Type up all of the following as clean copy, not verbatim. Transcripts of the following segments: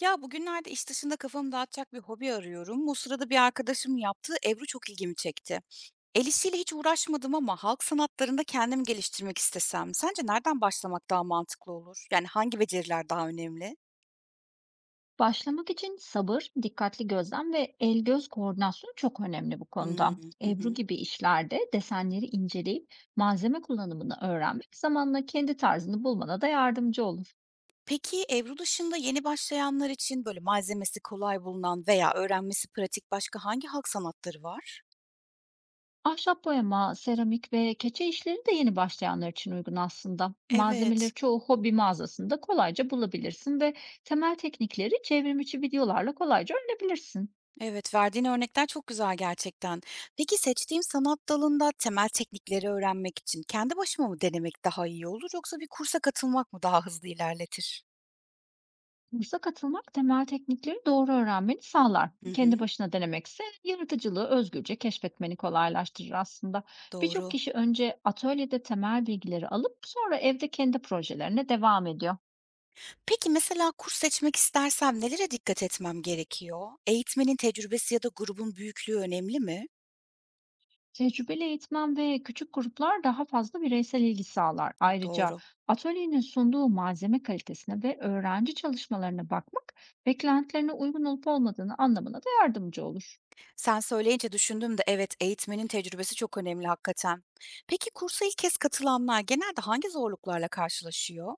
Ya bugünlerde iş dışında kafamı dağıtacak bir hobi arıyorum. Bu sırada bir arkadaşım yaptığı Ebru çok ilgimi çekti. El işiyle hiç uğraşmadım ama halk sanatlarında kendimi geliştirmek istesem, sence nereden başlamak daha mantıklı olur? Yani hangi beceriler daha önemli? Başlamak için sabır, dikkatli gözlem ve el-göz koordinasyonu çok önemli bu Hımm, konuda. hı Ebru hı. gibi işlerde desenleri inceleyip malzeme kullanımını öğrenmek zamanla kendi tarzını bulmana da yardımcı olur. Peki Ebru dışında yeni başlayanlar için böyle malzemesi kolay bulunan veya öğrenmesi pratik başka hangi halk sanatları var? Ahşap boyama, seramik ve keçe işleri de yeni başlayanlar için uygun aslında. Malzemeleri Evet. çoğu hobi mağazasında kolayca bulabilirsin ve temel teknikleri çevrimiçi videolarla kolayca öğrenebilirsin. Evet, verdiğin örnekler çok güzel gerçekten. Peki seçtiğim sanat dalında temel teknikleri öğrenmek için kendi başıma mı denemek daha iyi olur yoksa bir kursa katılmak mı daha hızlı ilerletir? Kursa katılmak temel teknikleri doğru öğrenmeni sağlar. Hı Kendi hı, başına denemekse yaratıcılığı özgürce keşfetmeni kolaylaştırır aslında. Birçok doğru. kişi önce atölyede temel bilgileri alıp sonra evde kendi projelerine devam ediyor. Peki mesela kurs seçmek istersem nelere dikkat etmem gerekiyor? Eğitmenin tecrübesi ya da grubun büyüklüğü önemli mi? Tecrübeli eğitmen ve küçük gruplar daha fazla bireysel ilgi sağlar. Ha, Ayrıca doğru. atölyenin sunduğu malzeme kalitesine ve öğrenci çalışmalarına bakmak beklentilerine uygun olup olmadığını anlamına da yardımcı olur. Sen söyleyince düşündüm de evet, eğitmenin tecrübesi çok önemli hakikaten. Peki kursa ilk kez katılanlar genelde hangi zorluklarla karşılaşıyor?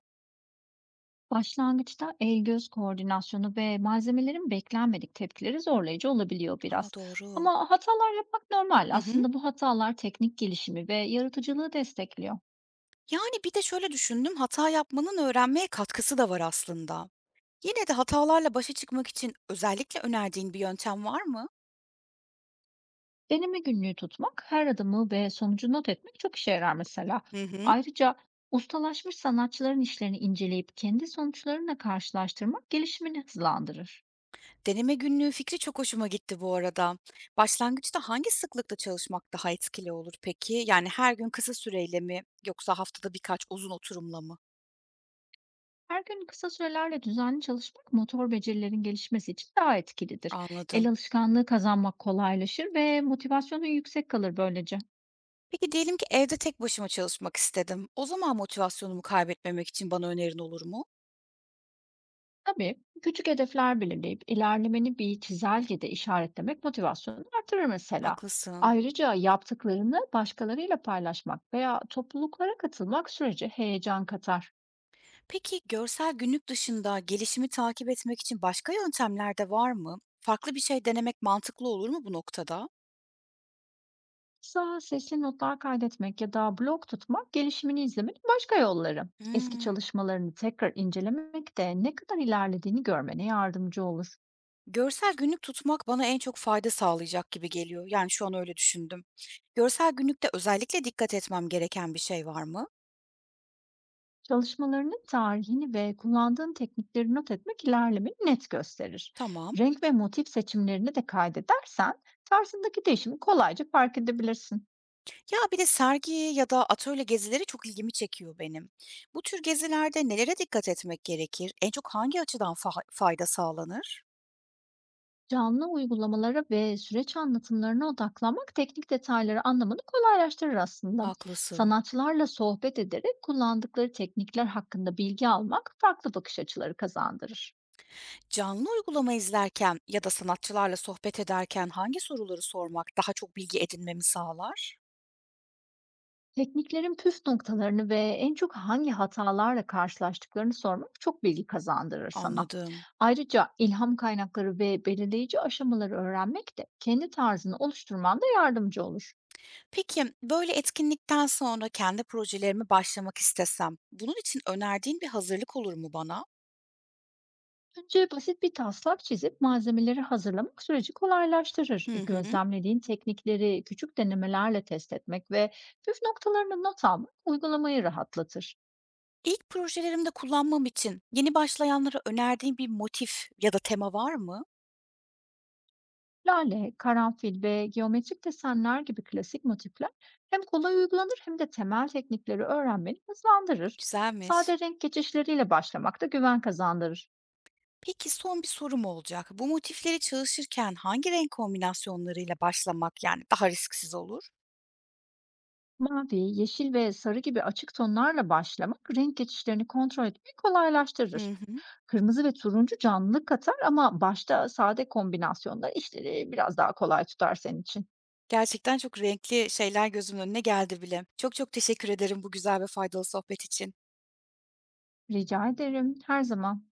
Başlangıçta el-göz koordinasyonu ve malzemelerin beklenmedik tepkileri zorlayıcı olabiliyor Aa, biraz. doğru. Ama hatalar yapmak normal. Hı hı. Aslında bu hatalar teknik gelişimi ve yaratıcılığı destekliyor. Yani, bir de şöyle düşündüm, hata yapmanın öğrenmeye katkısı da var aslında. Yine de hatalarla başa çıkmak için özellikle önerdiğin bir yöntem var mı? Deneme günlüğü tutmak, her adımı ve sonucu not etmek çok işe yarar mesela. Hı hı. Ayrıca ustalaşmış sanatçıların işlerini inceleyip kendi sonuçlarına karşılaştırmak gelişimini hızlandırır. Deneme günlüğü fikri çok hoşuma gitti bu arada. Başlangıçta hangi sıklıkta çalışmak daha etkili olur peki? Yani her gün kısa süreyle mi yoksa haftada birkaç uzun oturumla mı? Her gün kısa sürelerle düzenli çalışmak motor becerilerin gelişmesi için daha etkilidir. Anladım. El alışkanlığı kazanmak kolaylaşır ve motivasyonun yüksek kalır böylece. Peki diyelim ki evde tek başıma çalışmak istedim. O zaman motivasyonumu kaybetmemek için bana önerin olur mu? Tabii küçük hedefler belirleyip ilerlemeni bir çizelgede işaretlemek motivasyonunu artırır mesela. Haklısın. Ayrıca yaptıklarını başkalarıyla paylaşmak veya topluluklara katılmak sürece heyecan katar. Peki görsel günlük dışında gelişimi takip etmek için başka yöntemler de var mı? Farklı bir şey denemek mantıklı olur mu bu noktada? Mesela sesli notlar kaydetmek ya da blog tutmak, gelişimini izlemek başka yolları. Eski Hımm. çalışmalarını tekrar incelemek de ne kadar ilerlediğini görmene yardımcı olur. Görsel günlük tutmak bana en çok fayda sağlayacak gibi geliyor. Yani şu an öyle düşündüm. Görsel günlükte özellikle dikkat etmem gereken bir şey var mı? Çalışmalarının tarihini ve kullandığın teknikleri not etmek ilerlemeni net gösterir. Tamam. Renk ve motif seçimlerini de kaydedersen tarzındaki değişimi kolayca fark edebilirsin. Ya bir de sergi ya da atölye gezileri çok ilgimi çekiyor benim. Bu tür gezilerde nelere dikkat etmek gerekir? En çok hangi açıdan fayda sağlanır? Canlı uygulamalara ve süreç anlatımlarına odaklanmak teknik detayları anlamanı kolaylaştırır aslında. Haklısın. Sanatçılarla sohbet ederek kullandıkları teknikler hakkında bilgi almak farklı bakış açıları kazandırır. Canlı uygulama izlerken ya da sanatçılarla sohbet ederken hangi soruları sormak daha çok bilgi edinmemi sağlar? Tekniklerin püf noktalarını ve en çok hangi hatalarla karşılaştıklarını sormak çok bilgi kazandırır sana. Anladım. Ayrıca ilham kaynakları ve belirleyici aşamaları öğrenmek de kendi tarzını oluşturmanda yardımcı olur. Peki böyle etkinlikten sonra kendi projelerimi başlamak istesem, bunun için önerdiğin bir hazırlık olur mu bana? Önce basit bir taslak çizip malzemeleri hazırlamak süreci kolaylaştırır. Hı hı. Gözlemlediğin teknikleri küçük denemelerle test etmek ve püf noktalarını not almak uygulamayı rahatlatır. İlk projelerimde kullanmam için yeni başlayanlara önerdiğin bir motif ya da tema var mı? Lale, karanfil ve geometrik desenler gibi klasik motifler hem kolay uygulanır hem de temel teknikleri öğrenmeni hızlandırır. Güzelmiş. Sade renk geçişleriyle başlamak da güven kazandırır. Peki son bir sorum olacak. Bu motifleri çalışırken hangi renk kombinasyonlarıyla başlamak yani daha risksiz olur? Mavi, yeşil ve sarı gibi açık tonlarla başlamak renk geçişlerini kontrol etmeyi Hı kolaylaştırır. hı. Kırmızı ve turuncu canlılık katar ama başta sade kombinasyonlar işleri biraz daha kolay tutar senin için. Gerçekten çok renkli şeyler gözümün önüne geldi bile. Çok çok teşekkür ederim bu güzel ve faydalı sohbet için. Rica ederim, her zaman.